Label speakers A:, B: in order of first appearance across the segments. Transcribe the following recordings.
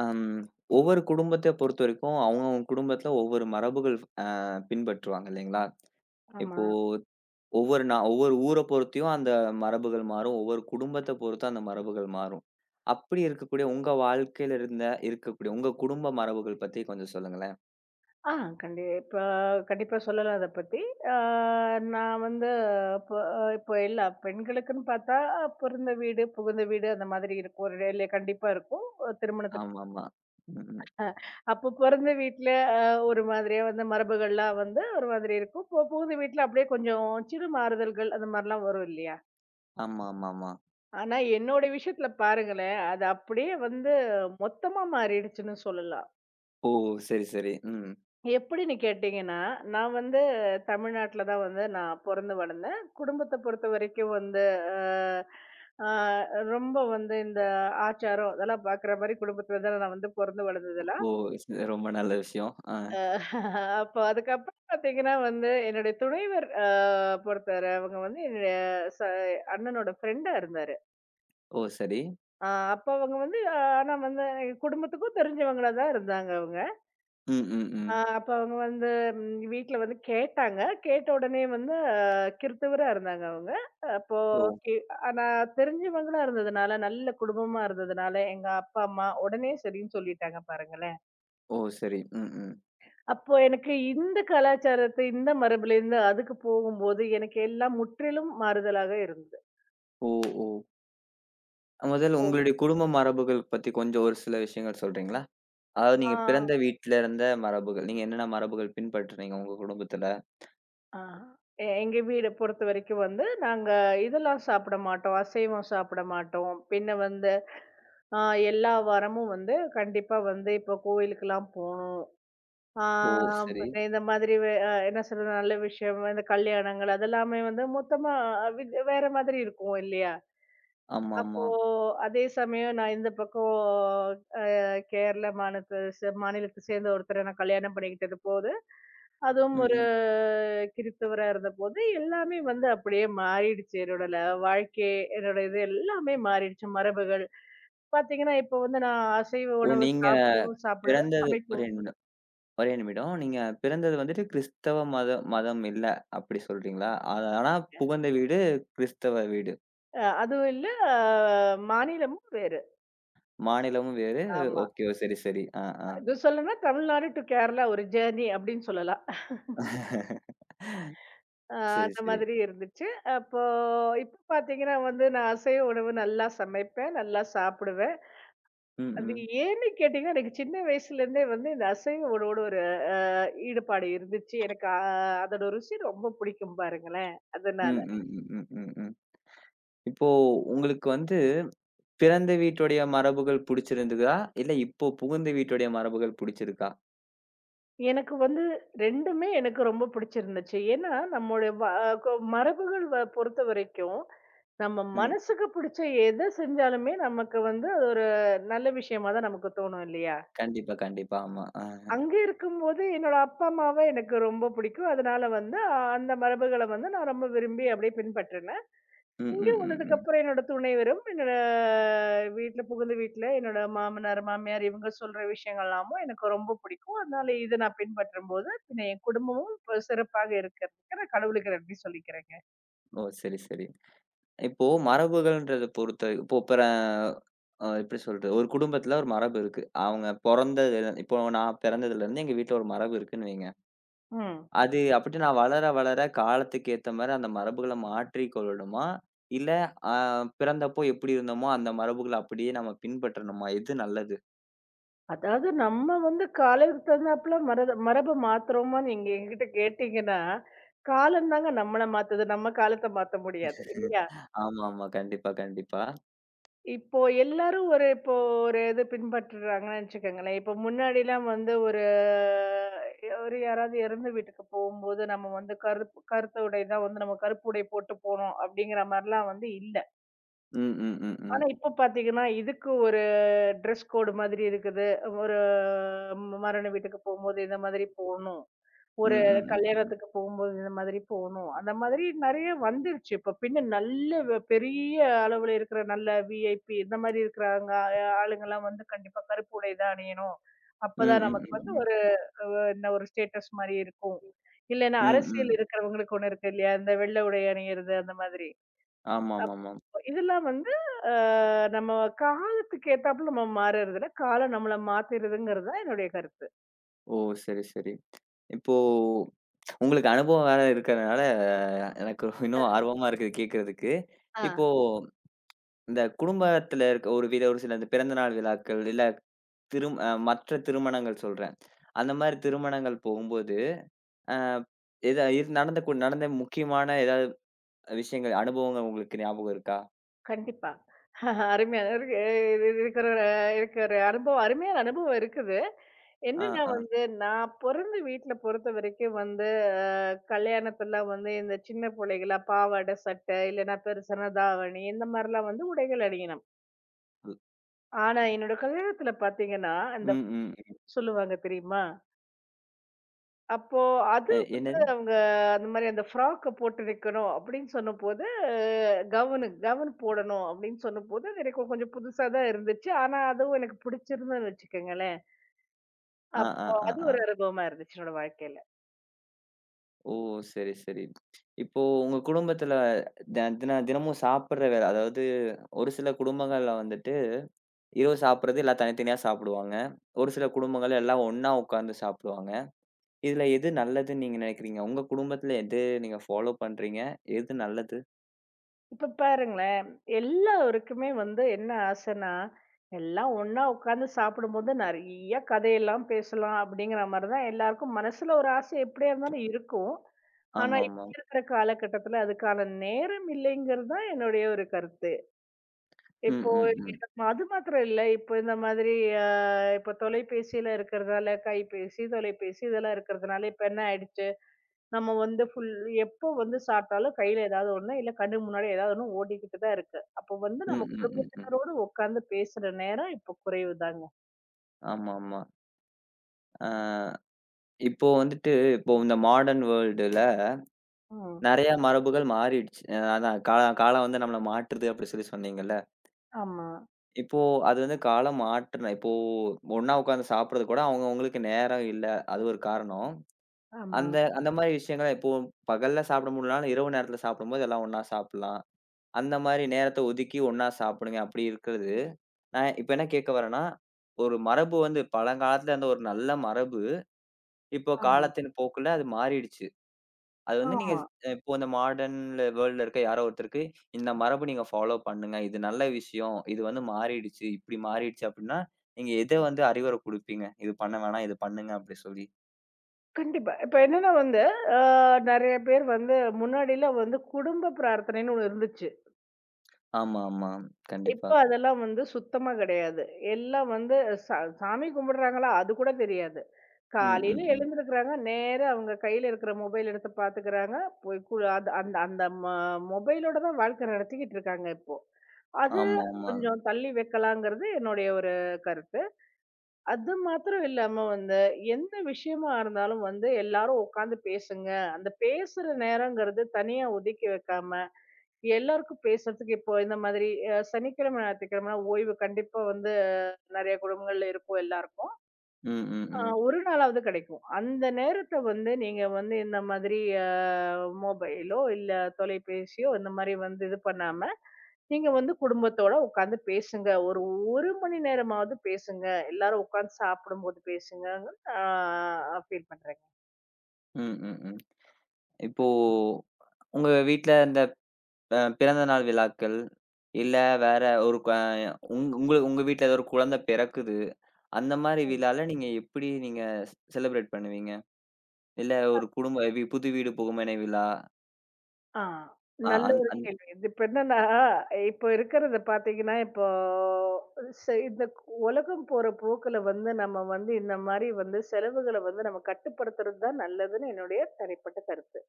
A: அம். ஒவ்வொரு குடும்பத்த பொறுத்தவரைக்கும், அவங்கவங்க குடும்பத்தில ஒவ்வொரு மரபுகள் அ பின்பற்றுவாங்க இல்லைங்களா?
B: ஆமா.
A: இப்போ ஒவ்வொரு ஒவ்வொரு ஊர பொறுத்தியும் அந்த மரபுகள் மாறும். ஒவ்வொரு குடும்பத்த பொறுத்தும் அந்த மரபுகள் மாறும். அப்படி இருக்கக்கூடிய உங்க வாழ்க்கையில இருக்கக்கூடிய உங்க குடும்ப மரபுகள் பத்தி கொஞ்சம் சொல்லுங்களேன்?
B: ஆ கண்டிப்பா கண்டிப்பா சொல்லலாம் அத பத்தி. ஆ நான் வந்து இப்ப இப்ப எல்லா பெண்களுக்குன்னு பார்த்தா, பிறந்த வீடு, புகுந்த வீடு அந்த மாதிரி இருக்கும். ஒரு டெய்லி கண்டிப்பா இருக்கும். திருமணத்துக்கு
A: ஆமாமா. ம்.
B: அப்போ பிறந்த வீட்ல அ ஒரு மாதிரியா வந்து மரபுகள்லாம் வந்து ஒரு மாதிரி இருக்கும். இப்போ புகுந்த வீட்ல அப்படியே கொஞ்சம் சிறு மாறுதல்கள் அந்த மாரிலாம் வரும் இல்லையா?
A: ஆமாமாமா.
B: ஆனா என்னோட விஷயத்துல பாருங்களேன், அது அப்படியே வந்து மொத்தமா மாறிடுச்சுன்னு சொல்லலாம்.
A: ஓ! சரி, சரி. ம்.
B: எப்படின்னு கேட்டீங்கன்னா, நான் வந்து தமிழ்நாட்டுல தான் வந்து நான் பொறந்து வளர்ந்தேன். குடும்பத்த பொறுத்தவரைக்கும் வந்து அ, அ ரொம்ப வந்து இந்த ஆச்சாரம் அதெல்லாம் பார்க்குற மாரி குடும்பத்துல தான் நான் வந்து பொறந்து வளர்ந்ததெல்லாம்.
A: ஓ! ஸ் ரொம்ப நல்ல விஷயம். ஆ.
B: அ அப்ப அதுக்கப்புறம் பார்த்தீங்கன்னா வந்து என்னுடைய துணைவர் பொறுத்தவர அவங்க வந்து என்னுடைய ச அண்ணனோட ஃப்ரெண்டா இருந்தாரு.
A: ஓ! சரி.
B: அ அப்ப அவங்க வந்து ஆனா வந்து எங்க குடும்பத்துக்கும் தெரிஞ்சவங்களா தான் இருந்தாங்க அவங்க.
A: ம், ம், ம்.
B: அப்ப அவங்க வந்து வீட்ல வந்து கேட்டாங்க. கேட்ட உடனே வந்து கிறித்தவரா இருந்தாங்க அவங்க. அப்போ
A: ஓ!
B: கே ஆனா தெரிஞ்சவங்களா இருந்ததுனால, நல்ல குடும்பமா இருந்ததுனால, எங்க அப்பா, அம்மா உடனே சரின்னு சொல்லிட்டாங்க பாருங்களேன்.
A: ஓ! சரி. ம், ம்.
B: அப்போ எனக்கு இந்த கலாச்சாரத்து, இந்த மரபுலேருந்து அதுக்கு போகும்போது, எனக்கு எல்லாம் முற்றிலும் மாறுதலாக இருந்தது.
A: ஓ! ஓ! முதல்ல
B: ஓ!
A: உங்களுடைய குடும்ப மரபுகள் பத்தி கொஞ்சம் ஒரு சில விஷயங்கள் சொல்றீங்களா? அதாவது
B: ஆ.
A: நீங்க பிறந்த வீட்ல இருந்த மரபுகள். நீங்க என்னென்ன மரபுகள் பின்பற்றுறீங்க உங்க குடும்பத்துல?
B: ஆ. எங்க வீட பொறுத்தவரைக்கும் வந்து, நாங்க இதெல்லாம் சாப்பிட மாட்டோம். அசைவம் சாப்பிட மாட்டோம். பின்ன வந்து அ எல்லா வாரமும் வந்து கண்டிப்பா வந்து இப்போ கோயிலுக்கெல்லாம் போணும். ஆ
A: ஓ! சரி.
B: பின்ன இந்த மாதிரி வே அ என்ன சொல்றது, நல்ல விஷயம், இந்த கல்யாணங்கள் அதெல்லாமே வந்து மொத்தமா அ வி வேற மாதிரி இருக்கும் இல்லையா? அப்போ
A: ஆமாமா.
B: அதே சமயம் நான் இந்த பக்கம் கேரள மாநிலத்த சே மாநிலத்த சேர்ந்த ஒருத்தர நான் கல்யாணம் பண்ணிக்கிட்டதுபோது, அதுவும் ஒரு
A: ம்.
B: கிறிஸ்தவரா இருந்தபோது, எல்லாமே வந்து அப்படியே மாறிடுச்சு. என்னோட வாழ்க்கை, என்னோட இது எல்லாமே மாறிடுச்சு. மரபுகள். பார்த்தீங்கன்னா, இப்ப வந்து நான் அசைவ
A: ஓ!
B: உணவு
A: நீங்க
B: சாப்பிடவும் சாப்பிடுவேன்,
A: பிறந்தது ஒரே
B: சமைக்கவும்
A: நிமிடம். ஒரே நிமிடம். நீங்க பிறந்தது வந்துட்டு கிறிஸ்தவ மதம் இல்ல, அப்படி சொல்றீங்களா? அது, ஆனா புகுந்த வீடு கிறிஸ்தவ வீடு.
B: அதுவும் இல்ல மாநிலமும் வேறு.
A: மாநிலமும் வேறு.
B: ஆமா.
A: ஓகே. சரி, சரி. ஆ, ஆ.
B: இது சொல்லணும்னா தமிழ்நாடு டூ கேரளா ஒரு ஜேர்னி அப்படின்னு சொல்லலாம். அ
A: சரி,
B: அந்த
A: சரி.
B: மாதிரி இருந்துச்சு. அப்போ இப்ப பார்த்தீங்கன்னா வந்து நான் அசைவ உணவு நல்லா சமைப்பேன், நல்லா சாப்பிடுவேன்.
A: ம்,
B: அது
A: ம்.
B: ஏன்னு கேட்டீங்கன்னா, எனக்கு சின்ன வயசுலேருந்தே வந்து இந்த அசைவ உணவோட ஒரு ஈடுபாடு இருந்துச்சு. எனக்கு அதோட ருசி ரொம்ப பிடிக்கும் பாருங்களேன். அதனால.
A: ம், ம், ம், ம், ம், ம். இப்போ உங்களுக்கு வந்து பிறந்த வீட்டுடைய மரபுகள் புடிச்சிருந்ததா? இல்ல இப்போ புகுந்த வீட்டுடைய மரபுகள் புடிச்சிருக்கா?
B: எனக்கு வந்து 2மே எனக்கு ரொம்ப பிடிச்சிருந்துச்சு. ஏன்னா, நம்மளுடைய வ கொ மரபுகள் பொறுத்தவரைக்கும், நம்ம
A: ம்.
B: மனசுக்கு பிடிச்ச எத செஞ்சாலுமே நமக்கு வந்து அது ஒரு நல்ல விஷயமா தான் நமக்கு தோணும் இல்லையா?
A: கண்டிப்பா, கண்டிப்பா. ஆமா. ஆ.
B: அங்க இருக்கும்போது என்னோட அப்பா, அம்மாவ எனக்கு ரொம்ப பிடிக்கும். அதனால வந்து அந்த மரபுகள வந்து நான் ரொம்ப விரும்பி அப்படியே பின்பற்றினேன்.
A: ம்,
B: இங்க
A: ம், ம்,
B: வந்ததுக்கு
A: ம்.
B: அப்புறம் என்னோட துணைவரும், என்னோட புகுந்த வீட்ல என்னோட மாமனார், மாமியார் இவங்க சொல்ற விஷயங்கள்லாமும் எனக்கு ரொம்ப பிடிக்கும். அதனால இத நான் பின்பற்றும்போது, பின்ன என் குடும்பமும் இப்ப சிறப்பாக இருக்கிறதுக்கு நான் கடவுளுக்கு நன்றி சொல்லிக்கிறேங்க.
A: ஓ! சரி, சரி. இப்போ மரபுகள்ன்றத பொறுத்த இப்போ எப்படி சொல்றது? ஒரு குடும்பத்தில ஒரு மரபு இருக்கு. அவங்க பொறந்ததுல இப்போ நான் பிறந்ததுலருந்து எங்க வீட்ல ஒரு மரபு இருக்குன்னு வைங்க.
B: ம்.
A: அது அப்படி நான் வளர, வளர காலத்துக்கு ஏத்த மாரி அந்த மரபுகள மாற்றிக்கொள்ளணுமா? இல்ல அ பிறந்தப்போ எப்படி இருந்தோமோ, அந்த மரபுகள அப்படியே நம்ம பின்பற்றணுமா? எது நல்லது?
B: அதாவது நம்ம வந்து காலத்துக்கு தகுந்தாப்புல மரத மரப மாத்துறோமான்னு நீங்க என்கிட்ட கேட்டீங்கன்னா, காலம் தாங்க நம்மள மாத்துது. நம்ம காலத்த மாத்த முடியாது. இல்லையா?
A: ஆமா, ஆமா. கண்டிப்பா, கண்டிப்பா.
B: இப்போ எல்லாரும் ஒரு இது பின்பற்றுறாங்கன்னு வச்சுக்கோங்களேன். இப்போ முன்னாடிலாம் வந்து ஒரு ஒரு யாராவது இறந்த வீட்டுக்கு போகும்போது, நம்ம வந்து கருத்த உடை தான் வந்து நம்ம கருப்பு உடை போட்டு போணும் அப்படிங்கிற மாரிலாம் வந்து இல்ல.
A: ம், ம், ம்,
B: ஆனா
A: ம்.
B: இப்ப பார்த்தீங்கன்னா, இதுக்கு ஒரு ட்ரெஸ் கோடு மாதிரி இருக்குது. ஒரு மரண வீட்டுக்கு போகும்போது இந்த மாதிரி போணும்.
A: ம்,
B: ஒரு
A: ம், ம், ம்.
B: கல்யாணத்துக்கு போகும்போது இந்த மாதிரி போணும். அந்த மாதிரி நெறைய வந்துருச்சு. இப்ப பின்ன நல்ல பெரிய அளவுல இருக்கிற நல்ல விஐபி இந்த மாதிரி இருக்கிறாங்க ஆளுங்கலாம் வந்து கண்டிப்பா கருப்பு உடை தான் அணியணும்.
A: ம்,
B: அப்பதான்
A: ம்,
B: நமக்கு வந்து
A: ம், ம்.
B: ஒரு அ என்ன ஒரு ஸ்டேட்டஸ் மாரி இருக்கும். இல்லன்னா
A: ம்,
B: அரசியல்
A: ம்.
B: இருக்கிறவங்களுக்கு ஒண்ணு இருக்கு இல்லையா? இந்த வெள்ள உடை அணியிறது அந்த மாதிரி.
A: ஆமாமாமாம்.
B: இதெல்லாம் வந்து அ நம்ம காலத்துக்கு ஏத்தாப்புல நம்ம மாறுறதில்ல. காலம் நம்மள மாத்திருதுங்கிறது தான் என்னுடைய கருத்து.
A: ஓ! சரி, சரி. இப்போ உங்களுக்கு அனுபவம் வேற இருக்கிறதுனால, எனக்கு இன்னும் ஆர்வமா இருக்குது கேட்கறதுக்கு.
B: ஆ.
A: இப்போ இந்த குடும்பத்துல இருக்க ஒரு வித ஒரு சில இந்த பிறந்த நாள் விழாக்கள், இல்ல மற்ற திருமணங்கள் சொல்றேன். அந்த மாரி திருமணங்கள் போகும்போது, அ எதா இது நடந்த நடந்த முக்கியமான ஏதாவது விஷயங்கள், அனுபவங்கள் உங்களுக்கு ஞாபகம் இருக்கா?
B: கண்டிப்பா. அருமையான இருக்கு இது இருக்கிற அனுபவம் அருமையான அனுபவம் இருக்குது.
A: ஆ,
B: என்னன்னா
A: ஆ.
B: வந்து, நான் பொறந்த வீட்ல பொறுத்த வரைக்கும் வந்து அ கல்யாணத்தலாம் வந்து இந்த சின்ன புள்ளைகளா பாவாடை, சட்டை இல்லன்னா பெருசான தாவணி இந்த மாரிலாம் வந்து உடைகள் அணியணும். ஆனா என்னோட கல்யாணத்துல பார்த்தீங்கன்னா, அந்த
A: ம், ம்.
B: சொல்லுவாங்க தெரியுமா? அப்போ அது வந்து
A: என்னது?
B: அவங்க அந்த மாரி அந்த ஃப்ராக்க போட்டு வைக்கணும் அப்படின்னு சொன்னபோது, கவுன் போடணும் அப்படின்னு சொன்னபோது, அது எனக்கு கொஞ்சம் புதுசா தான் இருந்துச்சு. ஆனா, அதுவும் எனக்கு பிடிச்சிருந்ததுன்னு வச்சுக்கோங்களேன்.
A: ஆ, ஆ,
B: அப்போ
A: ஆ,
B: அது
A: ஆ.
B: ஒரு அனுபவமா இருந்துச்சு என்னோட வாழ்க்கையில.
A: ஓ! சரி, சரி. இப்போ உங்க குடும்பத்துல தின தினமும் சாப்பிடுற வேள, அதாவது ஒரு சில குடும்பங்கள்ல வந்துட்டு இரவு சாப்பிடுறது எல்லாம் தனித்தனியா சாப்பிடுவாங்க. ஒரு சில குடும்பங்கள் எல்லாம் ஒண்ணா உட்கார்ந்து சாப்பிடுவாங்க. இதுல எது நல்லதுன்னு நீங்க நினைக்கிறீங்க? உங்க குடும்பத்துல எது நீங்க ஃபாலோ பண்றீங்க? எது நல்லது?
B: இப்ப பாருங்களேன், எல்லாருக்குமே வந்து என்ன ஆசைன்னா, எல்லாம் ஒண்ணா உட்காந்து சாப்பிடும்போது நெறைய கதையெல்லாம் பேசலாம் அப்படிங்கிற மாரி தான் எல்லாருக்கும் மனசுல ஒரு ஆசை எப்படியா இருந்தாலும் இருக்கும். ஆனா,
A: ஆமாமா.
B: இப்ப இருக்கிற காலகட்டத்துல அதுக்கான நேரம் இல்லைங்கிறது தான் என்னுடைய ஒரு கருத்து.
A: ம்,
B: இப்போ
A: ம், ம்.
B: நம்ம அது மாத்திரம் இல்ல. இப்போ இந்த மாதிரி அ இப்போ தொலைபேசியில இருக்கிறதால, கைபேசி, தொலைபேசி இதெல்லாம் இருக்கிறதுனால இப்ப என்ன ஆயிடுச்சு, நம்ம வந்து ஃபுல் எப்போ வந்து சாப்பிட்டாலும் கையில ஏதாவது ஒண்ணு, இல்ல கண்ணு முன்னாடி ஏதாவது ஒண்ணு ஓடிக்கிட்டு தான் இருக்கு. அப்போ வந்து
A: ம்,
B: நம்ம
A: ம், ம், ம்.
B: குடும்பத்தினரோடு உட்கார்ந்து பேசுற நேரம் இப்போ குறைவுதாங்க.
A: ஆமாமா. ஆ, இப்போ வந்துட்டு இப்போ இந்த மாடர்ன் வேர்ல்டுல
B: ம்.
A: நெறையா மரபுகள் மாறிடுச்சு. அதான் காலம் வந்து நம்மள மாற்றுது அப்படி சொல்லி சொன்னீங்கல்ல.
B: ஆமா,
A: இப்போ அது வந்து காலம் மாற்றுன இப்போ ஒண்ணா உட்கார்ந்து சாப்பிடுறது கூட அவங்க அவங்களுக்கு நேரம் இல்ல. அது ஒரு காரணம்.
B: ஆமா,
A: அந்த அந்த மாரி விஷயங்கள இப்போ பகல்ல சாப்பிட முடியலனாலும் இரவு நேரத்துல சாப்பிடும்போது எல்லாம் ஒண்ணா சாப்பிடலாம். அந்த மாரி நேரத்த ஒதுக்கி ஒண்ணா சாப்பிடுங்க அப்படி இருக்கிறது. நான் இப்ப என்ன கேட்க வரேன்னா, ஒரு மரபு வந்து பழங்காலத்துல இருந்த ஒரு நல்ல மரபு, இப்போ
B: ஆமா,
A: காலத்தின் போக்குல அது மாறிடுச்சு. அது வந்து நீங்க
B: ஆமா.
A: இப்போ இந்த மாடர்ன்ல வேர்ல்டுல இருக்க யாரோ ஒருத்தருக்கு, இந்த மரபு நீங்க ஃபாலோ பண்ணுங்க. இது நல்ல விஷயம். இது வந்து மாறிடுச்சு. இப்படி மாறிடுச்சு அப்படின்னா, நீங்க எத வந்து அறிவுரை குடுப்பீங்க? இது பண்ண வேணாம். இது பண்ணுங்க அப்படி சொல்லி.
B: கண்டிப்பா. இப்ப என்னன்னா வந்து, அ நெறைய பேர் வந்து முன்னாடிலாம் வந்து குடும்ப பிரார்த்தனைன்னு ஒண்ணு இருந்துச்சு.
A: ஆமா, ஆமா.
B: இப்ப
A: கண்டிப்பா.
B: அதெல்லாம் வந்து சுத்தமா கிடையாது. எல்லாம் வந்து சாமி கும்பிடுறாங்களா? அது கூட தெரியாது.
A: ம்,
B: காலையில
A: ம், ம்.
B: எழுந்திருக்கிறாங்க. நேரா அவங்க கையில இருக்கிற மொபைல் எடுத்து பார்த்துக்கிறாங்க. போய் கு அது அந்த அந்த மொபைலோட தான் வாழ்க்கை நடத்திக்கிட்டு இருக்காங்க இப்போ. அது
A: ஆமா, ஆமா.
B: கொஞ்சம் தள்ளி வைக்கலாங்கிறது என்னுடைய ஒரு கருத்து. அது மாத்திரம் இல்லாம வந்து எந்த விஷயமா இருந்தாலும் வந்து எல்லாரும் உட்காந்து பேசுங்க. அந்த பேசுற நேரங்கிறது தனியா ஒதுக்கி வைக்காம எல்லாருக்கும் பேசுறதுக்கு இப்போ இந்த மாதிரி சனிக்கிழமை, ஞாயிற்றுக்கிழமை ஓய்வு கண்டிப்பா வந்து நெறைய குடும்பங்கள்ல இருக்கும் எல்லாருக்கும்.
A: ம், ம், ம்.
B: ஒரு நாளாவது கிடைக்கும். அந்த நேரத்த வந்து நீங்க வந்து இந்த மாதிரி அ மொபைலோ, இல்ல தொலைபேசியோ இந்த மாரி வந்து இது பண்ணாம, நீங்க வந்து குடும்பத்தோட உட்காந்து பேசுங்க. ஒரு 1 மணி நேரமாவது பேசுங்க. எல்லாரும் உட்காந்து சாப்பிடும்போது பேசுங்கன்னு ஆ ஃபீல் பண்றேங்க.
A: ம், ம், ம். இப்போ உங்க வீட்ல இந்த பிறந்த நாள் விழாக்கள், இல்ல வேற ஒரு உங் உங்க உங்க உங்க வீட்ல ஏதோ ஒரு குழந்தை பிறக்குது. அந்த மாரி விழால நீங்க எப்படி நீங்க செலிப்ரேட் பண்ணுவீங்க? இல்ல ஒரு குடும்ப புது வீடு புகுமனை விழா.
B: ஆ. நல்ல
A: அந்
B: ஒரு
A: அந்
B: கேள்வி. இது இப்ப என்னன்னா, இப்ப இருக்கிறத பார்த்தீங்கன்னா, இப்போ இந்த உலகம் போற போக்குல வந்து நம்ம வந்து இந்த மாரி வந்து செலவுகள வந்து நம்ம கட்டுப்படுத்துறது தான் நல்லதுன்னு என்னுடைய தனிப்பட்ட கருத்து.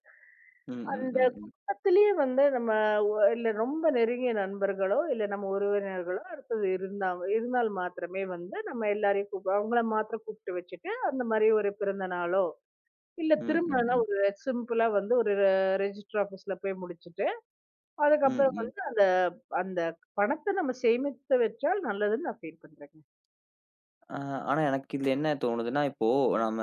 A: ம், ம்,
B: அந்த
A: ம், ம்.
B: குடும்பத்திலேயே வந்து நம்ம இல்ல ரொம்ப நெருங்கிய நண்பர்களோ, இல்ல நம்ம உறவினர்களோ அடுத்தது இருந்தால் மாத்திரமே வந்து நம்ம எல்லாரையும் அவங்கள மாத்திரம் கூப்பிட்டு வச்சுட்டு, அந்த மாரி ஒரு பிறந்த நாளோ, இல்ல
A: ம், ம்,
B: திருமணம்னா
A: ம்.
B: ஒரு சிம்பிளா வந்து ஒரு ரெஜிஸ்டர் ஆஃபீஸ்ல போய் முடிச்சுட்டு
A: ம்,
B: அதுக்கப்புறம்
A: ம்.
B: வந்து அந்த அந்த பணத்த நம்ம சேமித்து வச்சால் நல்லதுன்னு நான் ஃபீல் பண்றேங்க.
A: ஆ ஆனா எனக்கு இதுல என்ன தோணுதுன்னா, இப்போ நம்ம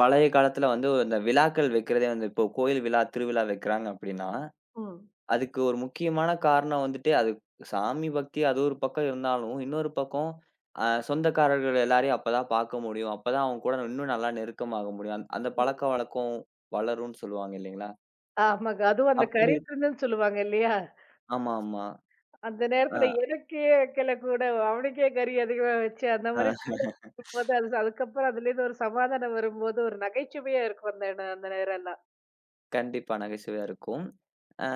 A: பழைய காலத்துல வந்து இந்த விழாக்கள் வைக்கிறதே வந்து இப்போ கோயில் விழா, திருவிழா வைக்கிறாங்க அப்டின்னா,
B: ம்.
A: அதுக்கு ஒரு முக்கியமான காரணம் வந்துட்டு, அது சாமி பக்தி அது ஒரு பக்கம் இருந்தாலும், இன்னொரு பக்கம் சொந்தக்காரர்கள் எல்லாரையும் அப்பதான் பாக்க முடியும். அப்பதான் அவங்க கூட இன்னும் நல்லா நெருக்கமாக முடியும். அந்த பழக்கவழக்கம் வளரும்னு சொல்லுவாங்க இல்லைங்களா?
B: ஆமாங்க. அதுவும் அந்த
A: அப்படி
B: கறி
A: இருக்
B: விருந்துன்னு சொல்லுவாங்க இல்லையா?
A: ஆமாமா.
B: அந்த நேரத்துல
A: அ,
B: எனக்கே வைக்கல கூட, அவனுக்கே கறி அதிகமா வச்சு அந்த மாரி
A: அ.
B: சண்டை போது அது அதுக்கப்புறம் அதுலேருந்து ஒரு சமாதானம் வரும்போது ஒரு நகைச்சுவையா இருக்கும் அந்த நேரம் எல்லாம்.
A: கண்டிப்பா நகைச்சுவையா இருக்கும். அ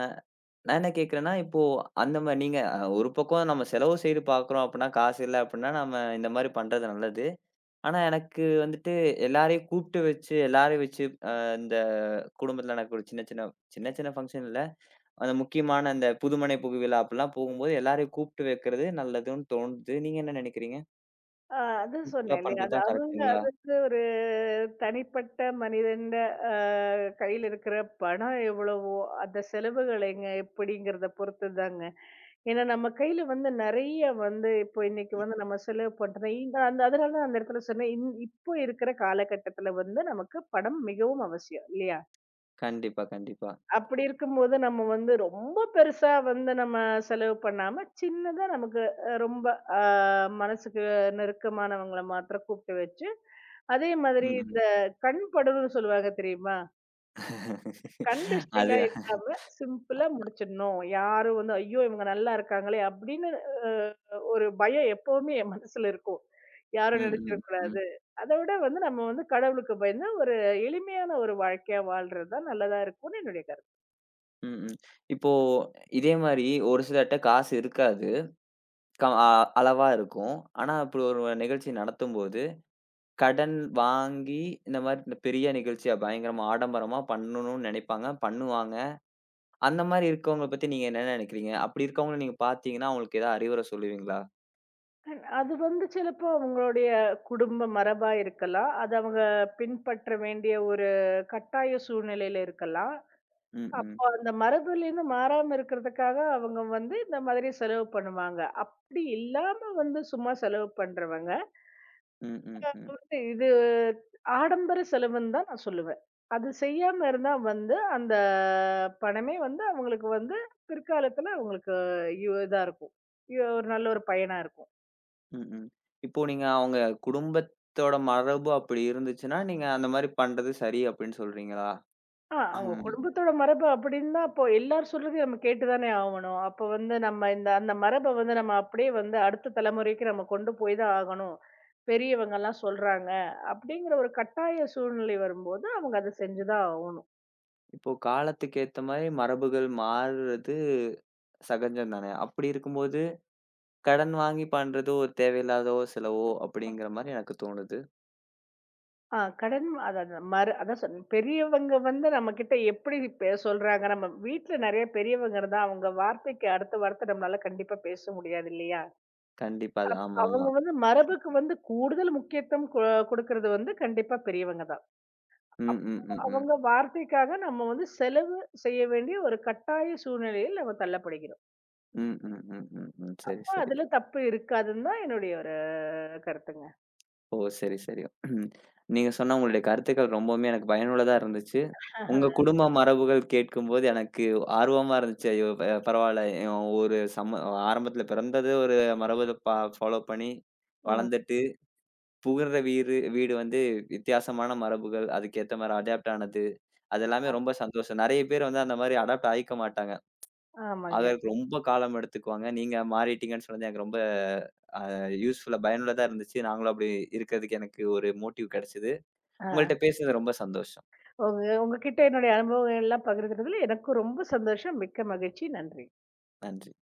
A: நான் என்ன கேட்கிறேன்னா, இப்போ அந்த மாரி நீங்க ஒரு பக்கம் நம்ம செலவு செய்து பார்க்குறோம் அப்டின்னா, காசு இல்ல அப்டின்னா, நம்ம இந்த மாரி பண்றது நல்லது. ஆனா எனக்கு வந்துட்டு எல்லாரையும் கூப்ட்டு வச்சு, எல்லாரையும் வச்சு அ இந்த குடும்பத்துல எனக்கு ஒரு சின்ன சின்ன சின்ன சின்ன ஃபங்ஷன் இல்ல. அந்த முக்கியமான அந்த புதுமனை புகுவிழா அப்டிலாம் போகும்போது எல்லாரையும் கூப்ட்டு வைக்கிறது நல்லதுன்னு தோணுது. நீங்க என்ன நெனைக்கிறீங்க?
B: ஆ அது
A: சிம்பிளா
B: சொன்னேன் இல்லையா?
A: பண்றது
B: அது
A: தான்
B: அவங்க
A: கரெக்ட்டுங்களா?
B: அதுக்கு ஒரு தனிப்பட்ட மனிதன்ட அ கையில இருக்கிற பணம் எவ்வளவோ, அந்த செலவுகள் எங்க எப்படிங்கிறத பொறுத்து தாங்க. ஏன்னா நம்ம கையில வந்து நெறைய வந்து இப்போ இன்னைக்கு வந்து நம்ம செலவு பண்றது இந்த அந்த அதனால தான் அந்த இடத்துல சொன்னேன். இப்போ இருக்கிற காலகட்டத்துல வந்து நமக்கு பணம் மிகவும் அவசியம் இல்லையா?
A: கண்டிப்பா, கண்டிப்பா.
B: அப்படி இருக்கும்போது நம்ம வந்து ரொம்ப பெருசா வந்து நம்ம செலவு பண்ணாம, சின்னதா நமக்கு ரொம்ப அ மனசுக்கு நெருக்கமானவங்கள மாத்திரம் கூப்பிட்டு வச்சு, அதே மாதிரி
A: ம், ம்.
B: இந்த கண் படல்னு சொல்லுவாங்க தெரியுமா? கண்
A: அது
B: திருஷ்டிலாம் இல்லாம சிம்பிளா முடிச்சிடணும். யாரும் வந்து, "ஐயோ! இவங்க நல்லா இருக்காங்களே!" அப்படின்னு அ ஒரு பயம் எப்பவுமே என் மனசுல இருக்கும்.
A: ம்,
B: யாரும்
A: ம், ம்.
B: நினைச்சிடக்கூடாது. அத விட வந்து நம்ம வந்து கடவுளுக்கு பயந்து ஒரு எளிமையான ஒரு வாழ்க்கையா வாழ்றது தான் நல்லதா இருக்கும்னு என்னுடைய கருத்து.
A: ம். இப்போ இதே மாரி ஒரு சிலர்ட்ட காசு இருக்காது. க அ அளவா இருக்கும். ஆனா அப்படி ஒரு நிகழ்ச்சி நடத்தும்போது, கடன் வாங்கி இந்த மாரி இந்த பெரிய நிகழ்ச்சியா பயங்கரமா ஆடம்பரமா பண்ணணும்னு நெனைப்பாங்க. பண்ணுவாங்க. அந்த மாரி இருக்கவங்கள பத்தி நீங்க என்ன நெனைக்கிறீங்க? அப்படி இருக்கவங்கள நீங்க பார்த்தீங்கன்னா, அவங்களுக்கு ஏதாவது அறிவுரை சொல்லுவீங்களா?
B: அது வந்து சிலப்போ அவங்களுடைய குடும்ப மரபா இருக்கலாம். அது அவங்க பின்பற்ற வேண்டிய ஒரு கட்டாய சூழ்நிலையில இருக்கலாம்.
A: ம், ம்.
B: அந்த மரபுலேருந்து மாறாம இருக்கிறதுக்காக அவங்க வந்து இந்த மாதிரி செலவு பண்ணுவாங்க. அப்படி இல்லாம வந்து சும்மா செலவு பண்றவங்க,
A: ம், ம், ம்.
B: வந்து இது ஆடம்பர செலவுன்னு தான் நான் சொல்லுவேன். அது செய்யாம இருந்தா வந்து அந்த பணமே வந்து அவங்களுக்கு வந்து பிற்காலத்துல அவங்களுக்கு இதா இருக்கும். ஒரு நல்ல ஒரு பயனா இருக்கும்.
A: ம், ம். இப்போ நீங்க அவங்க குடும்பத்தோட மரபு அப்படி இருந்துச்சுன்னா, நீங்க அந்த மாரி பண்றது சரி அப்படின்னு சொல்றீங்களா?
B: அவங்க குடும்பத்தோட மரபு அப்படின்னா, அப்போ எல்லார் சொல்றதையும் நம்ம கேட்டு தானே ஆவணும். அப்போ வந்து நம்ம இந்த அந்த வந்து நம்ம அப்படியே வந்து அடுத்த தலைமுறைக்கு நம்ம கொண்டு போய் தான் ஆகணும். பெரியவங்கலாம் சொல்றாங்க. அப்படிங்கிற ஒரு கட்டாய சூழ்நிலை வரும்போது, அவங்க அத செஞ்சு தான் ஆவணும்.
A: இப்போ காலத்துக்கு ஏத்த மாரி மரபுகள் மாறுறது சகஜம் தானே! அப்படி இருக்கும்போது, கடன் வாங்கி பண்றது ஒரு தேவையில்லாதோ செலவோ அப்படிங்கிற மாரி எனக்கு தோணுது.
B: கடன் அதான் சொன்னேன். பெரியவங்க வந்து நம்மகிட்ட எப்படி சொல்றாங்க, நம்ம வீட்ல நெறைய பெரியவங்க இருந்தா, அவங்க வார்த்தைக்கு அடுத்த வார்த்தை நம்மளால கண்டிப்பா பேச முடியாது இல்லையா?
A: கண்டிப்பா அது
B: அவங்க
A: ஆமாமா.
B: வந்து மரபுக்கு வந்து கூடுதல் முக்கியத்துவம் குடுக்குறது வந்து கண்டிப்பா பெரியவங்க தான்.
A: ம், ம்,
B: அப்போ
A: ம், ம்.
B: அவங்க வார்த்தைக்காக நம்ம வந்து செலவு செய்ய வேண்டிய ஒரு கட்டாய சூழ்நிலையில் நம்ம தள்ளப்படுகிறோம்.
A: ம், ம், ம், ம், ம். சரி,
B: அப்ப
A: சரி.
B: அதுல தப்பு இருக்காதுன்னு தான் என்னுடைய ஒரு கருத்துங்க.
A: ஓ! சரி, சரி. ம். நீங்க சொன்ன உங்களுடைய கருத்துக்கள் ரொம்பவுமே எனக்கு பயனுள்ளதா இருந்துச்சு. உங்க குடும்ப மரபுகள் கேட்கும்போது எனக்கு ஆர்வமா இருந்துச்சு. ஐயோ! பரவால்ல. ஒரு சம ஆரம்பத்தில பிறந்தது ஒரு மரபு ஃபாலோ பண்ணி
B: ம்.
A: வளர்ந்துட்டு புகுற வீடு வந்து வித்தியாசமான மரபுகள், அதுக்கேத்த மாரி அடாப்ட் ஆனது. அது எல்லாமே ரொம்ப சந்தோஷம். நெறைய பேர் வந்து அந்த மாரி அடாப்ட் ஆயிக்க மாட்டாங்க.
B: ஆமாங்க.
A: ஆகறதுக்கு ரொம்ப காலம் எடுத்துக்குவாங்க. நீங்க மாறிட்டீங்கன்னு சொன்னது எனக்கு ரொம்ப அ யூஸ்ஃபுல்லா பயனுள்ளதா இருந்துச்சு. நாங்களும் அப்படி இருக்கறதுக்கு எனக்கு ஒரு மோட்டிவ் கெடைச்சது.
B: ஆ.
A: உங்கள்ட்ட பேசுனது ரொம்ப சந்தோஷம்.
B: உங்ககிட்ட என்னுடைய அனுபவங்கள் எல்லாம் பகிர்ந்துட்டதுல எனக்கும் ரொம்ப சந்தோஷம். மிக்க மகிழ்ச்சி. நன்றி.
A: நன்றி.